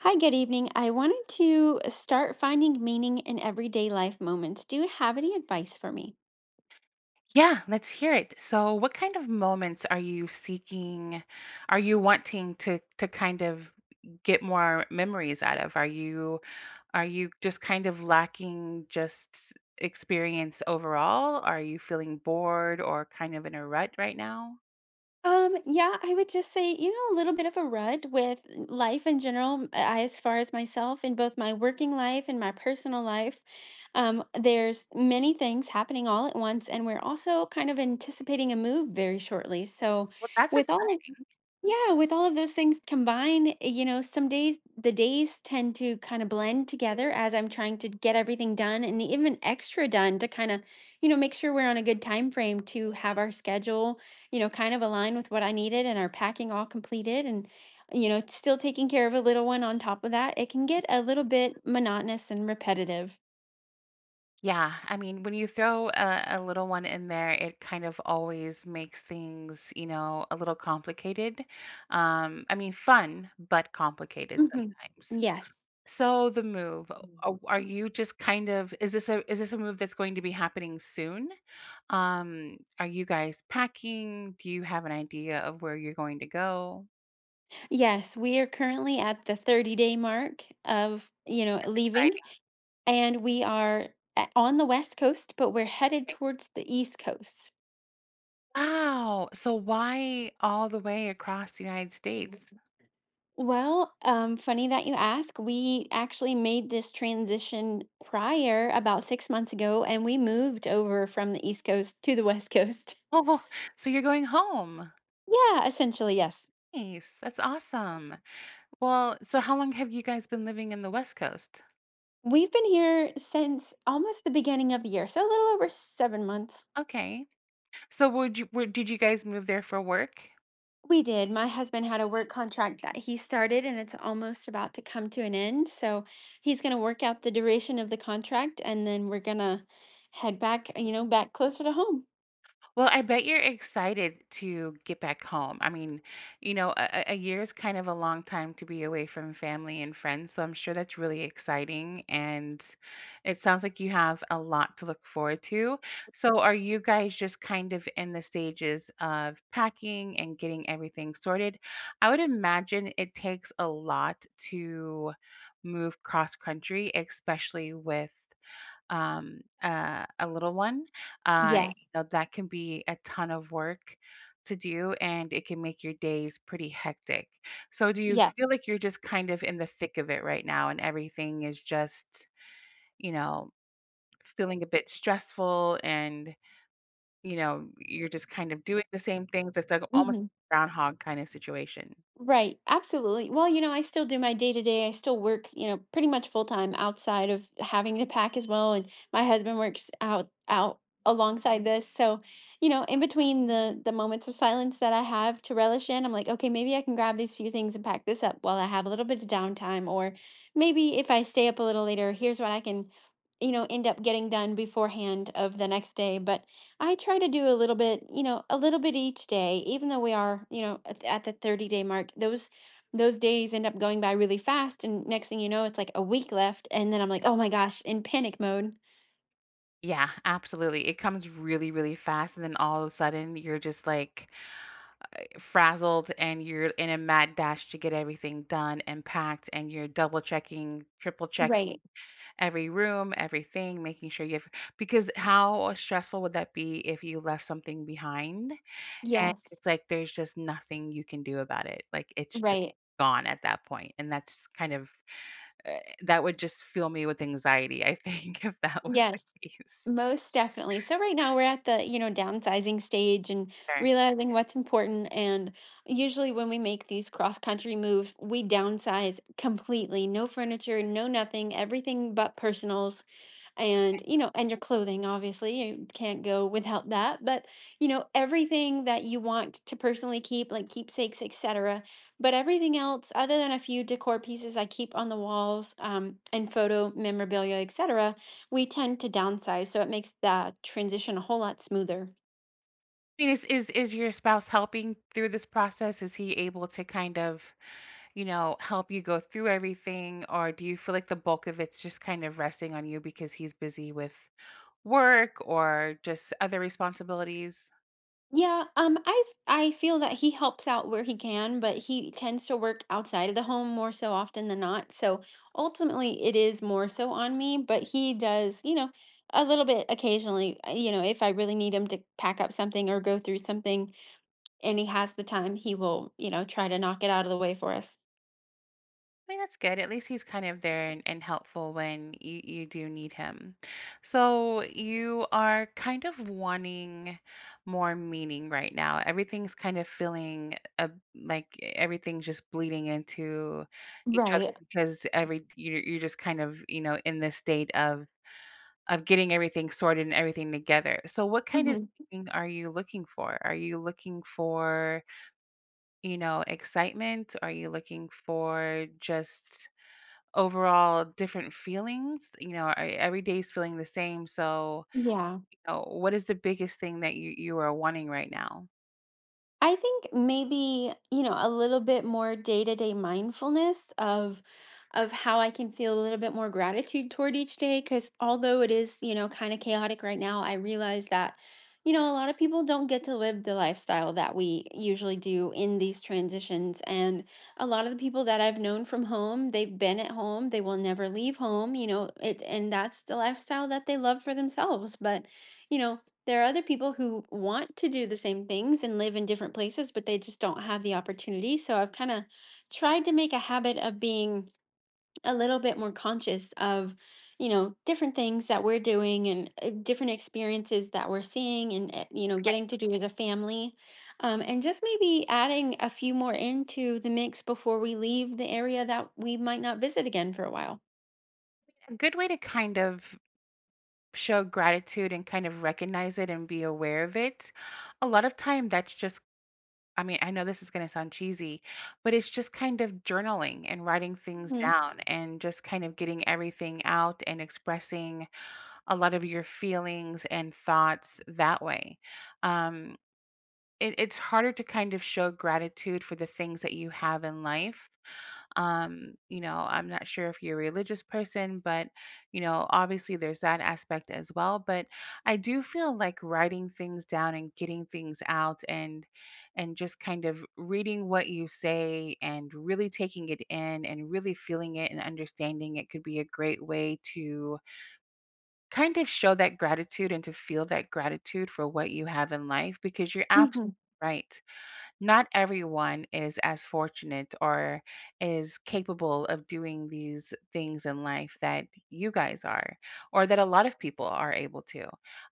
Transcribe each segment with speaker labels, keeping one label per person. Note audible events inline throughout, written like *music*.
Speaker 1: Hi, good evening. I wanted to start finding meaning in everyday life moments. Do you have any advice for me?
Speaker 2: Yeah, let's hear it. So, what kind of moments are you seeking? Are you wanting to kind of get more memories out of? Are you just kind of lacking just experience overall? Are you feeling bored or kind of in a rut right now?
Speaker 1: Yeah, I would just say, a little bit of a rut with life in general, as far as myself in both my working life and my personal life. There's many things happening all at once, and we're also kind of anticipating a move very shortly. So,
Speaker 2: Well, that's
Speaker 1: with all of
Speaker 2: exciting.
Speaker 1: yeah, with all of those things combined, some days the days tend to kind of blend together as I'm trying to get everything done and even extra done to kind of, make sure we're on a good time frame to have our schedule, kind of align with what I needed and our packing all completed. And still taking care of a little one on top of that. It can get a little bit monotonous and repetitive.
Speaker 2: Yeah, I mean, when you throw a little one in there, it kind of always makes things, you know, a little complicated. I mean, fun but complicated
Speaker 1: Mhm.
Speaker 2: sometimes.
Speaker 1: Yes.
Speaker 2: So the move, a are you just kind of is this a move that's going to be happening soon? Are you guys packing? Do you have an idea of where you're going to go?
Speaker 1: Yes, we are currently at the 30-day mark of, leaving.
Speaker 2: Exciting.
Speaker 1: And we are on the West Coast, but we're headed towards the East Coast.
Speaker 2: Wow. So why all the way across the United
Speaker 1: Mhm.
Speaker 2: States? *laughs*
Speaker 1: Well, funny that you ask. We actually made this transition prior about 6 months ago, and we moved over from the East Coast to the West Coast. *laughs*
Speaker 2: Oh, so you're going home.
Speaker 1: Yeah, essentially, yes.
Speaker 2: Nice. That's awesome. Well, so how long have you guys been living in the West Coast?
Speaker 1: We've been here since almost the beginning of the year, so a little over 7 months.
Speaker 2: Okay. So did you guys move there for work?
Speaker 1: We did. My husband had a work contract that he started and it's almost about to come to an end. So he's going to work out the duration of the contract, and then we're going to head back, back closer to home.
Speaker 2: Well, I bet you're excited to get back home. I mean, you know, a year is kind of a long time to be away from family and friends. So I'm sure that's really exciting. And it sounds like you have a lot to look forward to. So are you guys just kind of in the stages of packing and getting everything sorted? I would imagine it takes a lot to move cross country, especially with a little one, Mhm,
Speaker 1: Yes.
Speaker 2: you know, that can be a ton of work to do, and it can make your days pretty hectic. So do you feel
Speaker 1: Yes.
Speaker 2: like you're just kind of in the thick of it right now and everything is just, you know, feeling a bit stressful, and, you know, you're just kind of doing the same things. It's like almost
Speaker 1: Mhm.
Speaker 2: groundhog kind of situation.
Speaker 1: Right, absolutely. Well, I still do my day to day. I still work, pretty much full time outside of having to pack as well. And my husband works out alongside this. So, in between the moments of silence that I have to relish in, I'm like, okay, maybe I can grab these few things and pack this up while I have a little bit of downtime. Or maybe if I stay up a little later, here's what I can, end up getting done beforehand of the next day. But I try to do a little bit, a little bit each day, even though we are, at the 30-day mark. Those days end up going by really fast, and next thing you know, it's like a week left and then I'm like, "Oh my gosh," in panic mode.
Speaker 2: Yeah, absolutely. It comes really, really fast. And then all of a sudden you're just like frazzled, and you're in a mad dash to get everything done and packed, and you're double checking, triple checking
Speaker 1: Right.
Speaker 2: every room, everything, making sure you have, because how stressful would that be if you left something behind and
Speaker 1: Yes.
Speaker 2: it's like there's just nothing you can do about it. Like it's just
Speaker 1: Right.
Speaker 2: gone at that point. And that's kind of that would just fill me with anxiety, I think, *laughs* if that was
Speaker 1: Yes,
Speaker 2: the case.
Speaker 1: most definitely. So right now we're at the downsizing stage and
Speaker 2: Sure.
Speaker 1: realizing what's important. And usually when we make these cross-country moves, we downsize completely. No furniture, no nothing, everything but personals and your clothing, obviously. You can't go without that. But, everything that you want to personally keep, like keepsakes, etc. But everything else, other than a few decor pieces I keep on the walls, and photo memorabilia, etc., we tend to downsize, so it makes the transition a whole lot smoother.
Speaker 2: I mean, is your spouse helping through this process? Is he able to kind of, you know, help you go through everything? Or do you feel like the bulk of it's just kind of resting on you because he's busy with work or just other responsibilities?
Speaker 1: Yeah, I feel that he helps out where he can, but he tends to work outside of the home more so often than not. So ultimately, it is more so on me, but he does, a little bit occasionally. If I really need him to pack up something or go through something, and he has the time, he will, try to knock it out of the way for us.
Speaker 2: I mean, that's good. At least he's kind of there and helpful when you do need him. So you are kind of wanting more meaning right now. Everything's kind of feeling like everything's just bleeding into each other
Speaker 1: Right.
Speaker 2: because every you're just kind of, you know, in this state of getting everything sorted and everything together. So what kind of
Speaker 1: Mhm.
Speaker 2: thing are you looking for? Are you looking for, you know, excitement? Are you looking for just overall different feelings? You know, are every day's feeling the same? So,
Speaker 1: Yeah.
Speaker 2: you know, what is the biggest thing that you are wanting right now?
Speaker 1: I think maybe, a little bit more day-to-day mindfulness of how I can feel a little bit more gratitude toward each day, cuz although it is, kind of chaotic right now, I realize that a lot of people don't get to live the lifestyle that we usually do in these transitions. And a lot of the people that I've known from home, they've been at home, they will never leave home, it, and that's the lifestyle that they love for themselves. But you know, there are other people who want to do the same things and live in different places, but they just don't have the opportunity. So I've kind of tried to make a habit of being a little bit more conscious of, different things that we're doing, and different experiences that we're seeing, and, getting to do as a family. And just maybe adding a few more into the mix before we leave the area that we might not visit again for a while.
Speaker 2: A good way to kind of show gratitude and kind of recognize it and be aware of it, a lot of time that's just, I mean, I know this is gonna sound cheesy, but it's just kind of journaling and writing things
Speaker 1: Hmm.
Speaker 2: down and just kind of getting everything out and expressing a lot of your feelings and thoughts that way. Um, it's harder to kind of show gratitude for the things that you have in life. Um, you know, I'm not sure if you're a religious person, but you know, obviously there's that aspect as well, but I do feel like writing things down and getting things out and just kind of reading what you say and really taking it in and really feeling it and understanding it could be a great way to kind of show that gratitude and to feel that gratitude for what you have in life, because you're absolutely
Speaker 1: Hmm.
Speaker 2: right. Not everyone is as fortunate or is capable of doing these things in life that you guys are, or that a lot of people are able to.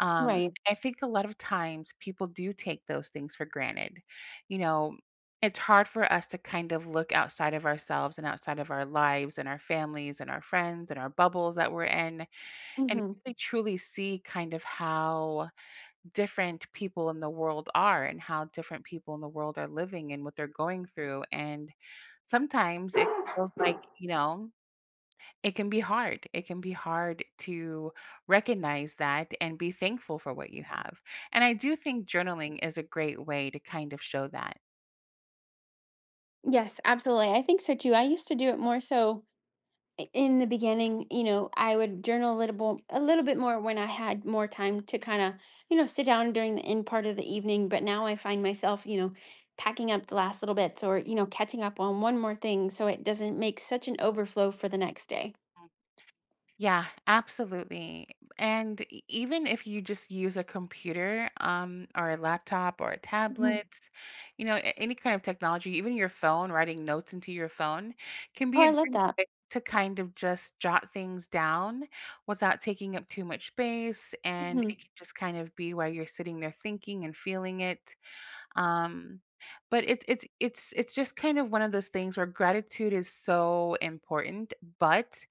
Speaker 2: Um,
Speaker 1: Right.
Speaker 2: I think a lot of times people do take those things for granted. You know, it's hard for us to kind of look outside of ourselves and outside of our lives and our families and our friends and our bubbles that we're in and
Speaker 1: Hmm.
Speaker 2: really truly see kind of how different people in the world are and how different people in the world are living and what they're going through. And sometimes it feels like, you know, it can be hard. It can be hard to recognize that and be thankful for what you have. And I do think journaling is a great way to kind of show that.
Speaker 1: Yes, absolutely. I think so too. I used to do it more so in the beginning, I would journal a little bit more when I had more time to kind of, sit down during the end part of the evening. But now I find myself, packing up the last little bits, or, catching up on one more thing so it doesn't make such an overflow for the next day.
Speaker 2: Yeah, absolutely. And even if you just use a computer, or a laptop or a
Speaker 1: Mhm.
Speaker 2: tablet, you know, any kind of technology, even your phone, writing notes into your phone can
Speaker 1: Oh,
Speaker 2: be a
Speaker 1: I
Speaker 2: great
Speaker 1: love, mhm, that.
Speaker 2: way to kind of just jot things down without taking up too much space. And
Speaker 1: Hmm.
Speaker 2: it can just kind of be while you're sitting there thinking and feeling it. Um, but it's just kind of one of those things where gratitude is so important, but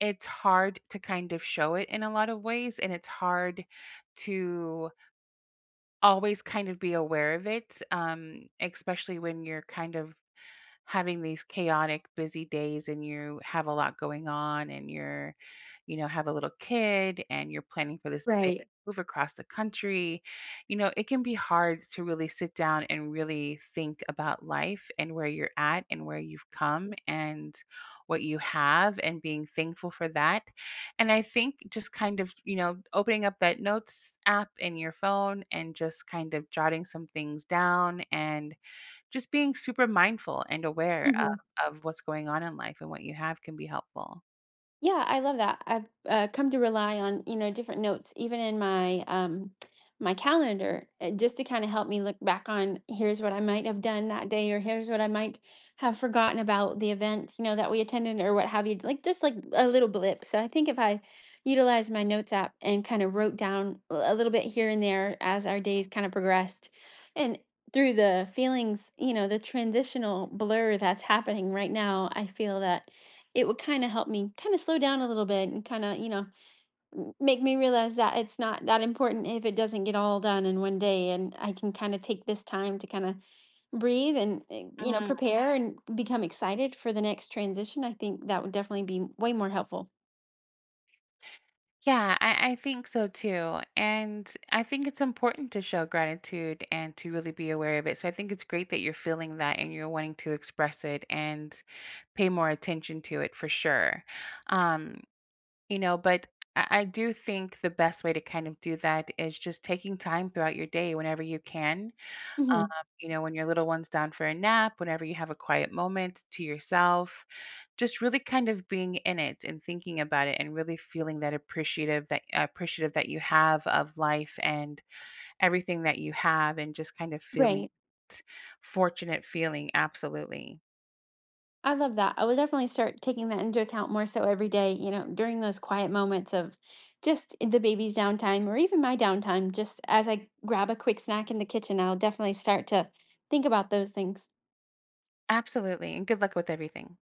Speaker 2: it's hard to kind of show it in a lot of ways, and it's hard to always kind of be aware of it. Um, especially when you're kind of having these chaotic, busy days and you have a lot going on, and you're, you know, have a little kid and you're planning for this big
Speaker 1: Right.
Speaker 2: move across the country, you know, it can be hard to really sit down and really think about life and where you're at and where you've come and what you have and being thankful for that. And I think just kind of, you know, opening up that notes app in your phone and just kind of jotting some things down and just being super mindful and aware
Speaker 1: Mhm.
Speaker 2: of what's going on in life and what you have can be helpful.
Speaker 1: Yeah, I love that. I've come to rely on, different notes, even in my calendar, just to kind of help me look back on here's what I might have done that day, or here's what I might have forgotten about the event, that we attended or what have you. Like just like a little blip. So I think if I utilized my notes app and kind of wrote down a little bit here and there as our days kind of progressed, and through the feelings, the transitional blur that's happening right now, I feel that it would kinda help me kinda slow down a little bit and kinda, m make me realize that it's not that important if it doesn't get all done in one day, and I can kinda take this time to kinda breathe and
Speaker 2: Mm,
Speaker 1: prepare and become excited for the next transition. I think that would definitely be way more helpful.
Speaker 2: yeah, I think so too, and I think it's important to show gratitude and to really be aware of it, so I think it's great that you're feeling that and you're wanting to express it and pay more attention to it for sure. Um, you know, but I do think the best way to kind of do that is just taking time throughout your day whenever you can. Um,
Speaker 1: Mhm.
Speaker 2: you know, when your little one's down for a nap, whenever you have a quiet moment to yourself, just really kind of being in it and thinking about it and really feeling that appreciative that you have of life and everything that you have and just kind of feeling
Speaker 1: Right.
Speaker 2: fortunate feeling absolutely.
Speaker 1: I love that. I will definitely start taking that into account more so every day, during those quiet moments of just the baby's downtime or even my downtime, just as I grab a quick snack in the kitchen, I'll definitely start to think about those things.
Speaker 2: Absolutely. And good luck with everything.